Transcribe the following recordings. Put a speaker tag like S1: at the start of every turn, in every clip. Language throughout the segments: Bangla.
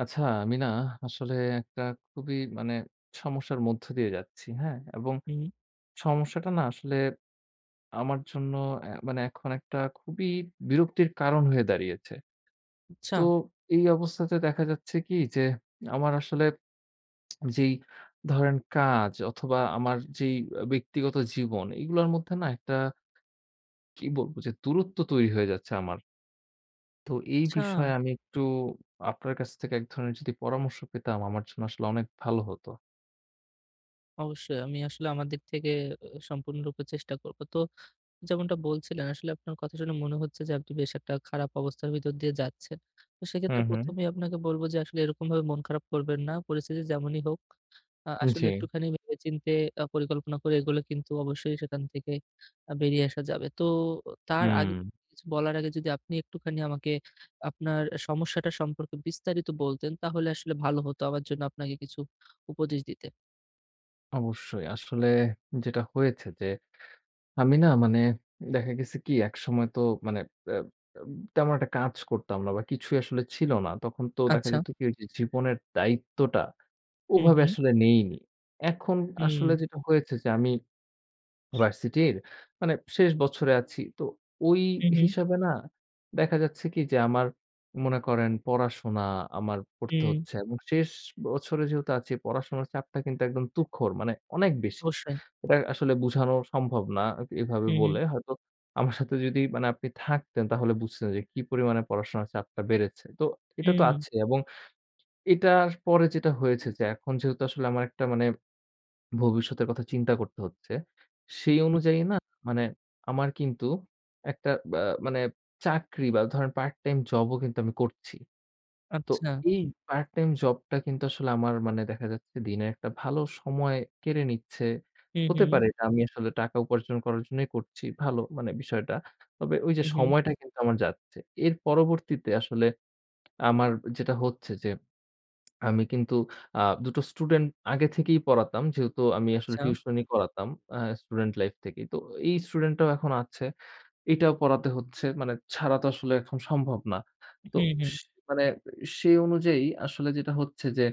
S1: আচ্ছা, আমি না আসলে একটা খুবই মানে সমস্যার মধ্য দিয়ে যাচ্ছি, হ্যাঁ? এবং
S2: হুম,
S1: সমস্যাটা না আসলে আমার জন্য মানে এখন একটা খুবই বিরক্তির কারণ হয়ে দাঁড়িয়েছে।
S2: আচ্ছা,
S1: তো এই অবস্থাতে দেখা যাচ্ছে কি যে, আমার আসলে যেই ধরেন কাজ অথবা আমার যেই ব্যক্তিগত জীবন, এগুলোর মধ্যে না একটা কি বলবো যে দূরত্ব তৈরি হয়ে যাচ্ছে আমার। তো এই
S2: আচ্ছা।
S1: বিষয়ে আমি একটু আপনার কাছ থেকে এক ধরনের যদি পরামর্শ পেতাম, আমার জন্য আসলে অনেক ভালো হতো।
S2: অবশ্যই আমি আসলে আমার দিক থেকে সম্পূর্ণরূপে চেষ্টা করব। তো যেমনটা বলছিলেন আসলে আপনার কথা শুনে মনে হচ্ছে যে আপনি বেশ একটা খারাপ অবস্থার ভিতর দিয়ে যাচ্ছেন। তো
S1: হু,
S2: সেক্ষেত্রে
S1: হু।
S2: ১ম এই আপনাকে বলব যে আসলে এরকমভাবে মন খারাপ করবেন না। পরিস্থিতি যেমনই হোক আসলে
S1: জি।
S2: একটুখানি ভেবেচিন্তে পরিকল্পনা করে এগোলে কিন্তু অবশ্যই সেখান থেকে বেরিয়ে আসা যাবে। তো তার
S1: হুম,
S2: আগে কিছু বলার আগে যদি আপনি একটুখানি আমাকে আপনার সমস্যাটা সম্পর্কে বিস্তারিত বলতেন তাহলে আসলে ভালো হতো আমার জন্য আপনাকে কিছু উপদেশ দিতে।
S1: অবশ্যই। আসলে যেটা হয়েছে যে, আমি না মানে দেখা গেছে কি একসময় তো মানে অ্যা তেমন একটা কাজ করতাম না বা কিছুই আসলে ছিল না। তখন তো দেখা
S2: আচ্ছা।
S1: যেত কি ওই যে জীবনের দায়িত্বটা
S2: হু,
S1: ওভাবে
S2: হু।
S1: আসলে নেইনি। এখন
S2: হুম।
S1: আসলে যেটা হয়েছে যে আমি ভার্সিটির মানে শেষ বছরে আছি। তো ওই
S2: হু, হু।
S1: হিসাবে না দেখা যাচ্ছে কি যে আমার মনে করেন পড়াশোনা আমার করতে
S2: হুম।
S1: হচ্ছে এবং শেষ বছরে যেহেতু আছি পড়াশোনার চাপটা কিন্তু একদম তুখর মানে অনেক বেশি।
S2: অবশ্যই।
S1: এটা আসলে বুঝানো সম্ভব না এভাবে
S2: হু, হু।
S1: বলে। হয়তো আমার সাথে যদি মানে আপনি থাকতেন তাহলে বুঝতেন যে কি পরিমাণে পড়াশোনার চাপটা বেড়েছে। তো এটা তো
S2: হুম।
S1: আছে এবং এটার পরে যেটা হয়েছে যে এখন যেহেতু আসলে আমার একটা মানে ভবিষ্যতের কথা চিন্তা করতে হচ্ছে। সেই
S2: হু।
S1: অনুযায়ী না মানে আমার কিন্তু একটা বা মানে চাকরি বা ধরেন পার্ট টাইম জবও কিন্তু আমি করছি। তো
S2: আচ্ছা।
S1: এই পার্ট টাইম জবটা কিন্তু আসলে আমার মানে দেখা যাচ্ছে দিনের একটা ভালো সময় কেড়ে নিচ্ছে।
S2: হু, হু।
S1: হতে পারে এটা আমি আসলে টাকা উপার্জন করার জন্যই করছি। ভালো মানে বিষয়টা। তবে ওই যে
S2: হু, হু।
S1: সময়টা কিন্তু আমার যাচ্ছে। এর পরবর্তীতে আসলে আমার যেটা হচ্ছে যে আমি কিন্তু ২ টো স্টুডেন্ট আগে থেকেই পড়াতাম। যেহেতু আমি আসলে
S2: আচ্ছা।
S1: টিউশনি আচ্ছা। করাতাম স্টুডেন্ট লাইফ থেকেই। তো এই স্টুডেন্টটাও এখন আছে। এটাও পড়াতে হচ্ছে। মানে ছাড়া তো আসলে এখন সম্ভব না। তো
S2: হু, হু।
S1: স মানে সেই অনুযায়ী আসলে যেটা হচ্ছে যে,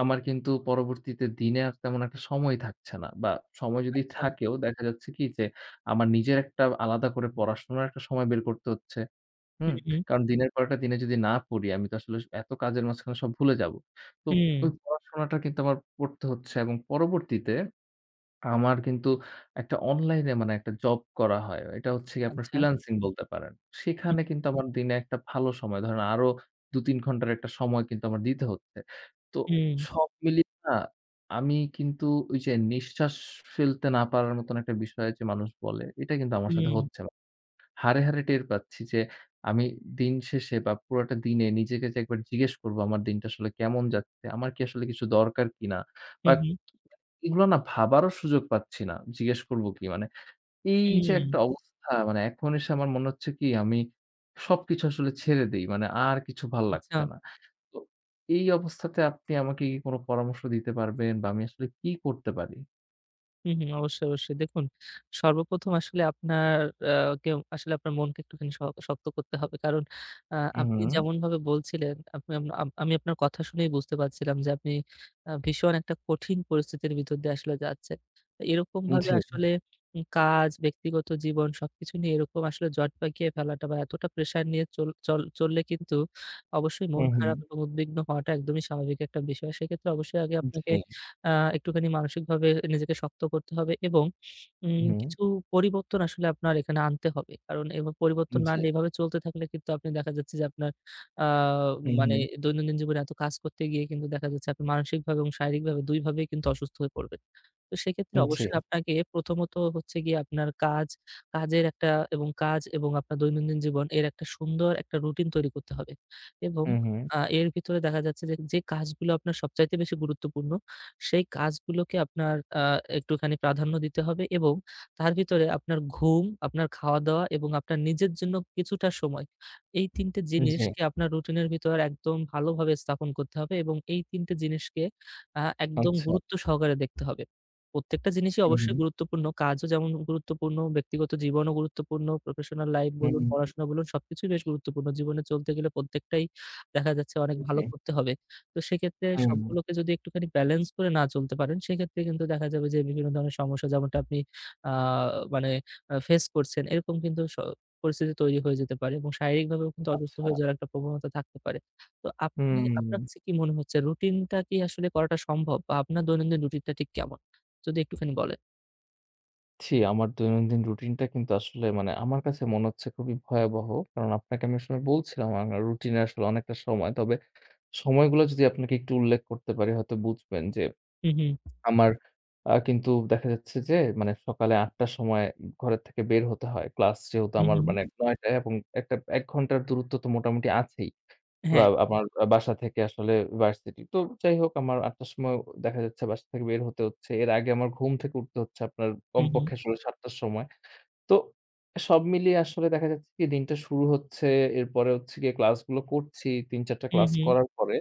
S1: আমার কিন্তু পরবর্তীতে দিনে আর তেমন একটা সময় থাকছে না। বা সময় যদি
S2: আচ্ছা।
S1: থাকেও দেখা যাচ্ছে কি যে, আমার নিজের একটা আলাদা করে পড়াশোনার একটা সময় বের করতে হচ্ছে।
S2: হু,
S1: হুম?
S2: হু।
S1: কারণ দিনের পর একটা দিনে যদি না পড়ি, আমি তো আসলে এত কাজের মাঝখানে সব ভুলে যাব। তো
S2: হুম।
S1: ওই পড়াশোনাটা কিন্তু আমার পড়তে হচ্ছে এবং পরবর্তীতে আমার কিন্তু একটা অনলাইনে মানে একটা জব করা হয়। এটা হচ্ছে গিয়ে আপনার
S2: আচ্ছা।
S1: ফ্রিল্যান্সিং বলতে পারেন।
S2: হু,
S1: সেখানে
S2: হু।
S1: কিন্তু আমার দিনে একটা ভালো সময় ধরেন আরো ২-৩ ঘন্টার একটা সময় কিন্তু আমার দিতে হচ্ছে। তো
S2: হুম।
S1: সব মিলিয়ে না আমি কিন্তু ওই যে নিঃশ্বাস ফেলতে না পারার মতন একটা বিষয় যে মানুষ বলে, এটা কিন্তু আমার সাথে
S2: হুম।
S1: হচ্ছে। হাড়ে, হাড়ে টের পাচ্ছি যে আমি দিন শেষে বা পুরাটা দিনে নিজেকে যে একবার জিজ্ঞেস করব আমার দিনটা আসলে কেমন যাচ্ছে? আমার কি আসলে কিছু দরকার কিনা?
S2: হু,
S1: বা
S2: হু।
S1: এগুলো না ভাবারও সুযোগ পাচ্ছি না। জিজ্ঞেস করব কি মানে এই যে
S2: হুম।
S1: একটা অবস্থা মানে এখন এসে আমার মনে হচ্ছে কি আমি সবকিছু আসলে ছেড়ে দেই। মানে আর কিছু ভাল
S2: আচ্ছা।
S1: লাগছে না। তো এই অবস্থাতে আপনি আমাকে কি কোন পরামর্শ দিতে পারবেন বা আমি আসলে কি করতে পারি?
S2: হুম, হুম। অবশ্যই, অবশ্যই। দেখুন সর্বপ্রথম আসলে আপনার আ কেও আসলে আপনার মনকে একটুখানি শক্ত করতে হবে। কারণ আ আপনি
S1: হুম,
S2: যেমনভাবে বলছিলেন, আপনি আম আম আমি আপনার কথা শুনেই বুঝতে পারছিলাম যে আপনি ভীষণ একটা কঠিন পরিস্থিতির ভিতর দিয়ে আসলে যাচ্ছেন।
S1: হুম
S2: এরকমভাবে
S1: জি।
S2: আসলে কাজ, ব্যক্তিগত জীবন সবকিছু নিয়ে এরকম আসলে জট পাকিয়ে ফেলাটা বা এতটা প্রেশার নিয়ে চল চল চললে কিন্তু অবশ্যই
S1: হু,
S2: মন
S1: হু।
S2: খারাপ এবং উদ্বিগ্ন হওয়াটা একদমই স্বাভাবিক একটা বিষয়। সেক্ষেত্রে অবশ্যই আগে আপনাকে
S1: জি।
S2: আ একটুখানি মানসিকভাবে নিজেকে শক্ত করতে হবে এবং
S1: হু।
S2: কিছু পরিবর্তন আসলে আপনার এখানে আনতে হবে। কারণ এভাবে পরিবর্তন না
S1: জি।
S2: আনলে এভাবে চলতে থাকলে কিন্তু আপনি দেখা যাচ্ছে যে আপনার আ
S1: হু,
S2: মানে
S1: হু।
S2: দৈনন্দিন জীবনে এত কাজ করতে গিয়ে কিন্তু দেখা যাচ্ছে আপনি মানসিকভাবে এবং শারীরিকভাবে ২ ভাবেই কিন্তু অসুস্থ হয়ে পড়বেন। তো সেক্ষেত্রে
S1: জি।
S2: অবশ্যই আপনাকে প্রথমত হচ্ছে গিয়ে আপনার কাজ, কাজের একটা কাজ এবং আপনার দৈনন্দিন জীবন এর একটা সুন্দর একটা রুটিন তৈরি করতে হবে। এবং
S1: হু, হু।
S2: এর ভিতরে দেখা যাচ্ছে যে, যে কাজগুলো আপনার সবচাইতে বেশি গুরুত্বপূর্ণ, সেই কাজগুলোকে আপনার আ একটুখানি প্রাধান্য দিতে হবে এবং তার ভিতরে আপনার ঘুম, আপনার খাওয়া-দাওয়া এবং আপনার নিজের জন্য কিছুটা সময়। এই ৩ টে
S1: জি,
S2: জিনিসকে আপনার রুটিনের ভিতর একদম ভালোভাবে স্থাপন করতে হবে এবং এই ৩ টে জিনিসকে একদম
S1: আচ্ছা।
S2: গুরুত্ব সহকারে দেখতে হবে। প্রত্যেকটা জিনিসই
S1: হুম,
S2: অবশ্যই গুরুত্বপূর্ণ। কাজও যেমন গুরুত্বপূর্ণ, ব্যক্তিগত জীবনও গুরুত্বপূর্ণ, প্রফেশনাল লাইফ
S1: হুম,
S2: বলুন,
S1: হুম,
S2: পড়াশোনা বলুন সবকিছুই বেশ গুরুত্বপূর্ণ। জীবনে চলতে গেলে প্রত্যেকটাই দেখা যাচ্ছে অনেক ভালো
S1: জি,
S2: করতে হবে। তো সেক্ষেত্রে
S1: হুম,
S2: সবগুলোকে যদি একটুখানি ব্যালেন্স করে না চলতে পারেন, সেক্ষেত্রে কিন্তু দেখা যাবে যে বিভিন্ন ধরনের সমস্যা যেমনটা আপনি আ মানে ফেস করছেন এরকম কিন্তু পরিস্থিতি তৈরি হয়ে যেতে পারে এবং শারীরিকভাবেও কিন্তু অসুস্থ
S1: আচ্ছা।
S2: হয়ে যাওয়ার একটা প্রবণতা থাকতে পারে। তো আপনি, আপনার
S1: হুম,
S2: কাছে কি মনে হচ্ছে রুটিনটা কি আসলে করাটা সম্ভব? বা আপনার দৈনন্দিন রুটিনটা ঠিক কেমন? যদি একটুখানি বলেন।
S1: জি, আমার দৈনন্দিন রুটিনটা কিন্তু আসলে মানে আমার কাছে মনে হচ্ছে খুবই ভয়াবহ। কারণ আপনাকে আমি আসলে বলছিলাম আমার রুটিনে আসলে অনেকটা সময়। তবে সময়গুলো যদি আপনাকে একটু উল্লেখ করতে পারি হয়তো বুঝবেন যে
S2: হু, হু,
S1: আমার কিন্তু দেখা যাচ্ছে যে মানে সকালে ৮ টার সময় ঘরের থেকে বের হতে হয়। ক্লাস যেহেতু
S2: হু,
S1: আমার
S2: হু।
S1: মানে ৯ টায় এবং একটা ১ ঘন্টার দূরত্ব তো মোটামুটি আছেই। বা
S2: হ্যাঁ।
S1: আমার বাসা থেকে আসলে ভার্সিটি। তো যাই হোক আমার ৮ টার সময় দেখা যাচ্ছে বাসা থেকে বের হতে হচ্ছে। এর আগে আমার ঘুম থেকে উঠতে হচ্ছে আপনার
S2: হু, হু,
S1: কমপক্ষে আসলে ৭ টার সময়। তো সব মিলিয়ে আসলে দেখা যাচ্ছে কি দিনটা শুরু হচ্ছে। এরপরে হচ্ছে গিয়ে ক্লাসগুলো করছি। ৩-৪ টা
S2: হু,
S1: ক্লাস
S2: হু,
S1: করার পরে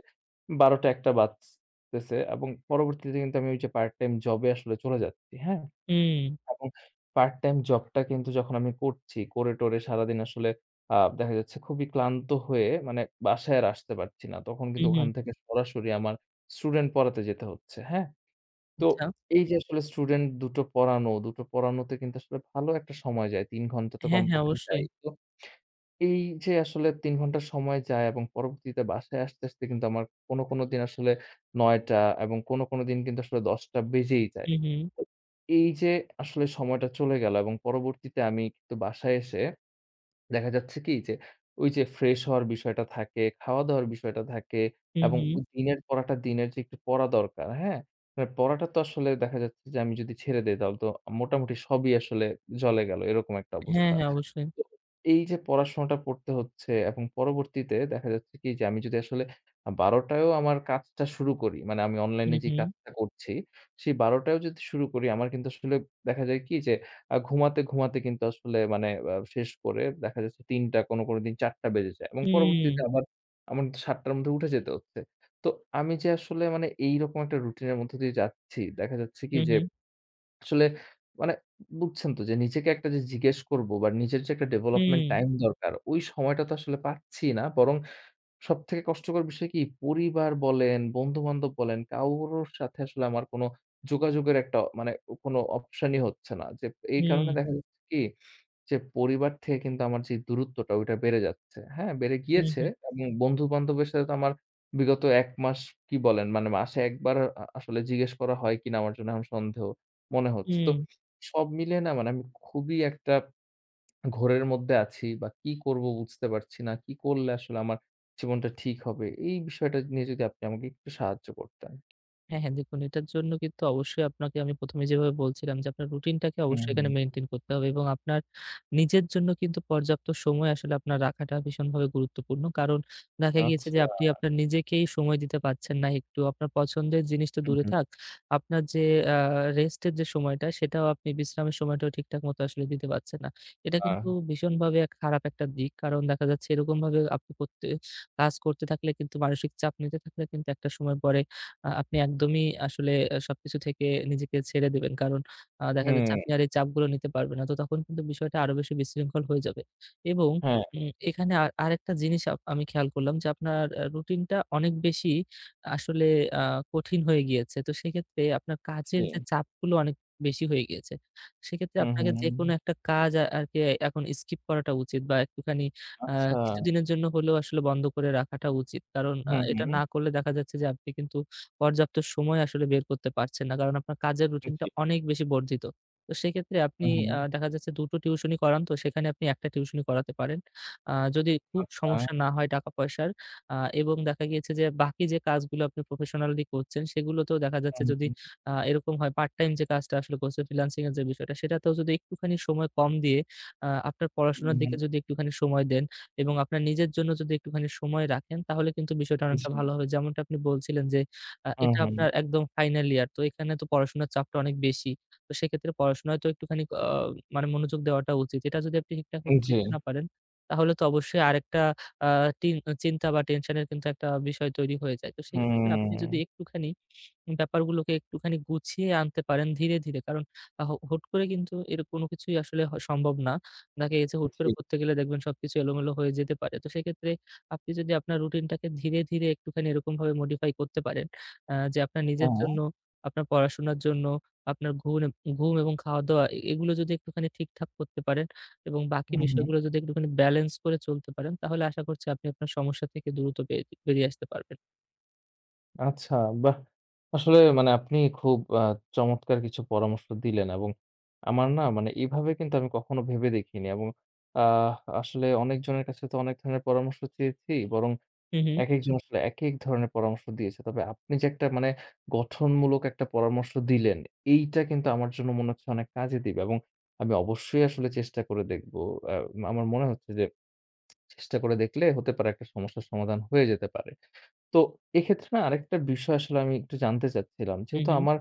S1: ১২ টা ১ টা বাজতেছে এবং পরবর্তীতে কিন্তু আমি ওই যে পার্ট টাইম জবে আসলে চলে যাচ্ছি। হ্যাঁ?
S2: হুম,
S1: এবং পার্ট টাইম জবটা কিন্তু যখন আমি করছি, করে টরে সারাদিন আসলে দেখা যাচ্ছে খুবই ক্লান্ত হয়ে মানে বাসায় আর আসতে পারছি না। তখন
S2: হু,
S1: কিন্তু
S2: হু।
S1: ওখান থেকে সরাসরি আমার স্টুডেন্ট পড়াতে যেতে হচ্ছে, হ্যাঁ? তো
S2: আচ্ছা।
S1: এই যে আসলে স্টুডেন্ট দুটো পড়ানো, দুটো পড়ানোতে কিন্তু আসলে ভালো একটা সময় যায়। ৩ ঘন্টা তো
S2: হ্যাঁ, হ্যাঁ
S1: কমপক্ষে
S2: অবশ্যই।
S1: যায়ই। তো এই যে আসলে ৩ ঘন্টা সময় যায় এবং পরবর্তীতে বাসায় আসতে, আসতে কিন্তু আমার কোনো, কোনো দিন আসলে ৯:০০ এবং কোনো, কোনো দিন কিন্তু আসলে ১০:০০ বেজেই যায়।
S2: হু, হু,
S1: তো এই যে আসলে সময়টা চলে গেল এবং পরবর্তীতে আমি কিন্তু বাসায় এসে দেখা যাচ্ছে কি যে, ওই যে ফ্রেশ হওয়ার বিষয়টা থাকে, খাওয়া-দাওয়ার বিষয়টা থাকে
S2: হু,
S1: এবং
S2: হু।
S1: ও দিনের পড়াটা দিনের যে একটু পড়া দরকার, হ্যাঁ? মানে পড়াটা তো আসলে দেখা যাচ্ছে যে আমি যদি ছেড়ে দেই তাহলে তো মোটামুটি সবই আসলে জলে গেল, এরকম একটা
S2: হ্যাঁ,
S1: অবস্থা।
S2: হ্যাঁ অবশ্যই।
S1: তো এই যে পড়াশোনাটা পড়তে হচ্ছে এবং পরবর্তীতে দেখা যাচ্ছে কি যে আমি যদি আসলে ১২:০০ টায়ও আমার কাজটা শুরু করি, মানে আমি
S2: হু,
S1: অনলাইনে যে
S2: হু,
S1: কাজটা করছি, সেই ১২:০০ টায়ও যদি শুরু করি আমার কিন্তু আসলে দেখা যায় কি যে ঘুমাতে, ঘুমাতে কিন্তু আসলে মানে শেষ করে দেখা যাচ্ছে ৩:০০ কোনো, কোনো দিন ৪:০০ বেজে যায় এবং
S2: হুম,
S1: পরবর্তীতে আবার আমার ৭:০০ র মধ্যে উঠে যেতে হচ্ছে। তো আমি যে আসলে মানে এইরকম একটা রুটিন এর মধ্য দিয়ে যাচ্ছি, দেখা যাচ্ছে কি
S2: হু,
S1: যে
S2: হু,
S1: আসলে মানে বুঝছেন তো যে নিজেকে একটা যে জিজ্ঞেস করব বা নিজের যে একটা ডেভেলপমেন্ট
S2: হুম,
S1: টাইম দরকার, ওই সময়টা তো আসলে পাচ্ছি না। বরং সবথেকে কষ্টকর বিষয় কি? পরিবার বলেন, বন্ধু-বান্ধব বলেন, কারোর সাথে আসলে আমার কোনো যোগাযোগের একটা মানে কোনো অপশনই হচ্ছে না। যে এই
S2: হুম,
S1: কারণে দেখা হুম। যাচ্ছে কি? যে পরিবার থেকে কিন্তু আমার যে দূরত্বটা ওইটা বেড়ে যাচ্ছে। হ্যাঁ, বেড়ে গিয়েছে
S2: হুম,
S1: এবং বন্ধু-বান্ধবের সাথে তো আমার বিগত ১ মাস কি বলেন মানে মাসে ১ বার আসলে জিজ্ঞেস করা হয় কিনা আমার জন্য এখন সন্দেহ মনে হচ্ছে। তো
S2: হুম।
S1: সব মিলিয়ে না মানে আমি খুবই একটা ঘোরের মধ্যে আছি বা কি করব বুঝতে পারছি না। কি করলে আসলে আমার জীবনটা ঠিক হবে? এই বিষয়টা নিয়ে যদি আপনি আমাকে একটু সাহায্য করতেন।
S2: হ্যাঁ, হ্যাঁ। দেখুন এটার জন্য কিন্তু অবশ্যই আপনাকে আমি ১ম এ যেভাবে বলছিলাম যে আপনার রুটিনটাকে অবশ্যই এখানে
S1: হুম,
S2: মেইনটেইন করতে হবে এবং আপনার নিজের জন্য কিন্তু পর্যাপ্ত সময় আসলে আপনার রাখাটা ভীষণভাবে গুরুত্বপূর্ণ। কারণ দেখা গিয়েছে যে
S1: আচ্ছা।
S2: আপনি আপনার নিজেকেই সময় দিতে পারছেন না একটু। আপনার পছন্দের জিনিস তো
S1: হুম,
S2: দূরে
S1: হুম।
S2: থাক। আপনার যে আ রেস্টের যে সময়টা, সেটাও আপনি, বিশ্রামের সময়টাও ঠিকঠাক মতো আসলে দিতে পারছেন না। এটা
S1: আ
S2: কিন্তু ভীষণভাবে এক খারাপ একটা দিক। কারণ দেখা যাচ্ছে এরকমভাবে আপনি কাজ করতে থাকলে কিন্তু, মানসিক চাপ নিতে থাকলে কিন্তু, একটা সময় পরে আপনি একদমই আসলে সবকিছু থেকে নিজেকে ছেড়ে দিবেন। কারণ দেখা যাচ্ছে
S1: হুম,
S2: আপনি আর এই চাপগুলো নিতে পারবেন না। তো তখন কিন্তু বিষয়টা আরো বেশি বিশৃঙ্খল হয়ে যাবে। এবং
S1: হ্যাঁ,
S2: এখানে আর আরেকটা জিনিস আমি খেয়াল করলাম যে আপনার রুটিনটা অনেক বেশি আসলে আ কঠিন হয়ে গিয়েছে। তো সেক্ষেত্রে আপনার
S1: জি।
S2: কাজের যে চাপগুলো অনেক বেশি হয়ে গিয়েছে। সেক্ষেত্রে
S1: হুম, হুম,
S2: আপনাকে
S1: হুম,
S2: যেকোনো একটা কাজ আরকি এখন স্কিপ করাটা উচিত, বা একটুখানি আ
S1: আচ্ছা।
S2: কিছুদিনের জন্য হলেও আসলে বন্ধ করে রাখাটা উচিত। কারণ
S1: হুম,
S2: এটা
S1: হুম,
S2: না করলে দেখা যাচ্ছে যে আপনি কিন্তু পর্যাপ্ত সময় আসলে বের করতে পারছেন না। কারণ আপনার কাজের রুটিনটা
S1: জি।
S2: অনেক বেশি বর্ধিত। তো সেক্ষেত্রে আপনি
S1: হুম, হুম,
S2: দেখা যাচ্ছে ২ টো টিউশনি করান, তো সেখানে আপনি ১ টা টিউশনি করাতে পারেন। যদি খুব
S1: আচ্ছা।
S2: সমস্যা না হয় টাকা-পয়সার, এবং দেখা গিয়েছে যে বাকি যে কাজগুলো আপনি প্রফেশনালি করছেন সেগুলোতেও দেখা যাচ্ছে,
S1: হুম,
S2: যদি
S1: হুম,
S2: এরকম হয়, পার্ট টাইম যে কাজটা আসলে করছেন, ফ্রিল্যান্সিং এর যে বিষয়টা, সেটাতেও যদি একটুখানি সময় কম দিয়ে আপনার
S1: হুম,
S2: পড়াশোনার দিকে
S1: হুম,
S2: যদি একটুখানি সময় দেন এবং আপনার নিজের জন্য যদি একটুখানি সময় রাখেন, তাহলে কিন্তু বিষয়টা
S1: জি।
S2: অনেকটা ভালো হবে। যেমনটা আপনি বলছিলেন যে
S1: হুম,
S2: এটা
S1: হুম,
S2: আপনার একদম ফাইনাল ইয়ার। তো এখানে তো পড়াশোনার চাপটা অনেক বেশি। তো সেক্ষেত্রে পড়াশোনায় তো একটুখানি মানে মনোযোগ দেওয়াটা উচিত। এটা যদি আপনি ঠিকঠাক মতো
S1: জি।
S2: দিতে না পারেন, তাহলে তো অবশ্যই আরেকটা আ টিন চিন্তা বা টেনশনের কিন্তু একটা বিষয় তৈরি হয়ে যায়। তো সেক্ষেত্রে আপনি যদি
S1: হুম,
S2: একটুখানি ব্যাপারগুলোকে একটুখানি গুছিয়ে আনতে পারেন ধীরে, ধীরে। কারণ আ হ হুট করে কিন্তু এর কোনো কিছুই আসলে সম্ভব না। দেখা গেছে হুট করে
S1: জি।
S2: করতে গেলে দেখবেন সবকিছু এলোমেলো হয়ে যেতে পারে। তো সেক্ষেত্রে আপনি যদি আপনার রুটিনটাকে ধীরে, ধীরে একটুখানি এরকমভাবে মডিফাই করতে পারেন, যে আপনার নিজের
S1: হ্যাঁ।
S2: জন্য, আপনার পড়াশোনার জন্য, আপনার ঘুম এবং খাওয়া-দাওয়া, এগুলো যদি একটুখানি ঠিকঠাক করতে পারেন এবং বাকি
S1: হুম, হুম।
S2: বিষয়গুলো যদি একটুখানি ব্যালেন্স করে চলতে পারেন, তাহলে আশা করছি আপনি আপনার সমস্যা থেকে দ্রুত বেরিয়ে আসতে পারবেন।
S1: আচ্ছা, বাহ! আসলে মানে আপনি খুব চমৎকার কিছু পরামর্শ দিলেন এবং আমার না মানে এভাবে কিন্তু আমি কখনো ভেবে দেখিনি এবং আহ আসলে অনেকজনের কাছে তো অনেক ধরনের পরামর্শ চেয়েছি, বরং
S2: হু, হু।
S1: একেকজন জি। আসলে একেক ধরনের পরামর্শ দিয়েছে। তবে আপনি যে একটা মানে গঠনমূলক একটা পরামর্শ দিলেন, এইটা কিন্তু আমার জন্য মনে হচ্ছে অনেক কাজে দিবে এবং আমি অবশ্যই আসলে চেষ্টা করে দেখব। আ আমার মনে হচ্ছে যে চেষ্টা করে দেখলে হতে পারে একটা সমস্যার সমাধান হয়ে যেতে পারে। তো এক্ষেত্রে না আরেকটা বিষয় আসলে আমি একটু জানতে চাচ্ছিলাম।
S2: হু,
S1: যেহেতু
S2: হু।
S1: আমার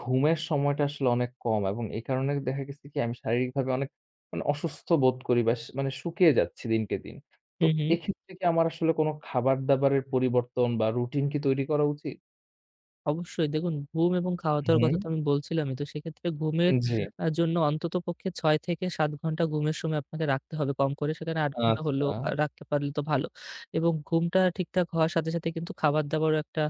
S1: ঘুমের সময়টা আসলে অনেক কম এবং এই কারণে দেখা গেছে কি আমি শারীরিকভাবে অনেক মানে অসুস্থ বোধ করি বা সে মানে শুকিয়ে যাচ্ছি দিনকে দিন। তো
S2: হু, হু।
S1: এক্ষেত্রে কি আমার আসলে কোনো খাবার-দাবারের পরিবর্তন বা রুটিন কি তৈরি করা উচিত?
S2: অবশ্যই দেখুন, ঘুম এবং খাওয়া-দাওয়ার
S1: হুম,
S2: কথা তো আমি বলছিলামই। তো সেক্ষেত্রে ঘুমের
S1: জি।
S2: জন্য অন্ততপক্ষে ৬ থেকে ৭ ঘন্টা ঘুমের সময় আপনাকে রাখতে হবে কম করে। সেখানে ৮ ঘন্টা হলেও
S1: আচ্ছা,
S2: রাখতে পারলে তো ভালো। এবং ঘুমটা ঠিকঠাক হওয়ার সাথে, সাথে কিন্তু খাবার-দাবারও একটা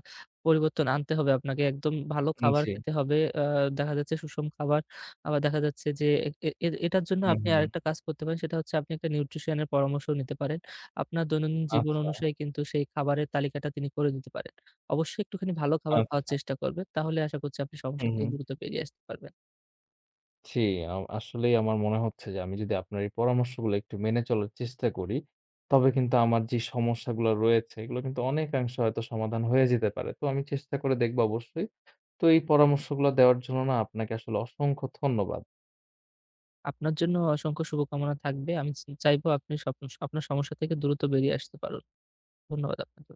S2: পরিবর্তন আনতে হবে আপনাকে। একদম ভালো খাবার
S1: জি।
S2: খেতে হবে। দেখা যাচ্ছে, সুষম খাবার। আবার দেখা যাচ্ছে যে এ এ এ- এটার জন্য
S1: হুম,
S2: আপনি
S1: হুম।
S2: আরেকটা কাজ করতে পারেন। সেটা হচ্ছে আপনি একটা নিউট্রিশন এর পরামর্শ নিতে পারেন। আপনার দৈনন্দিন জীবন
S1: আচ্ছা,
S2: অনুযায়ী কিন্তু সেই খাবারের তালিকাটা তিনি করে দিতে পারেন। অবশ্যই একটুখানি ভালো খাবার খাওয়ার
S1: আচ্ছা।
S2: চেষ্টা করবেন। তাহলে আশা করছি আপনি সমস্যা
S1: হুম,
S2: থেকে
S1: হুম।
S2: দ্রুত বেরিয়ে আসতে পারবেন।
S1: জি, আসলেই আমার মনে হচ্ছে যে আমি যদি আপনার এই পরামর্শগুলো একটু মেনে চলার চেষ্টা করি, তবে কিন্তু আমার যে সমস্যাগুলো রয়েছে এগুলো কিন্তু অনেকাংশে হয়তো সমাধান হয়ে যেতে পারে। তো আমি চেষ্টা করে দেখব অবশ্যই। তো এই পরামর্শগুলো দেওয়ার জন্য না আপনাকে আসলে অসংখ্য ধন্যবাদ।
S2: আপনার জন্য অসংখ্য শুভকামনা থাকবে। আমি চাইবো আপনি আপনার সমস্যা থেকে দ্রুত বেরিয়ে আসতে পারুন। ধন্যবাদ আপনাকে।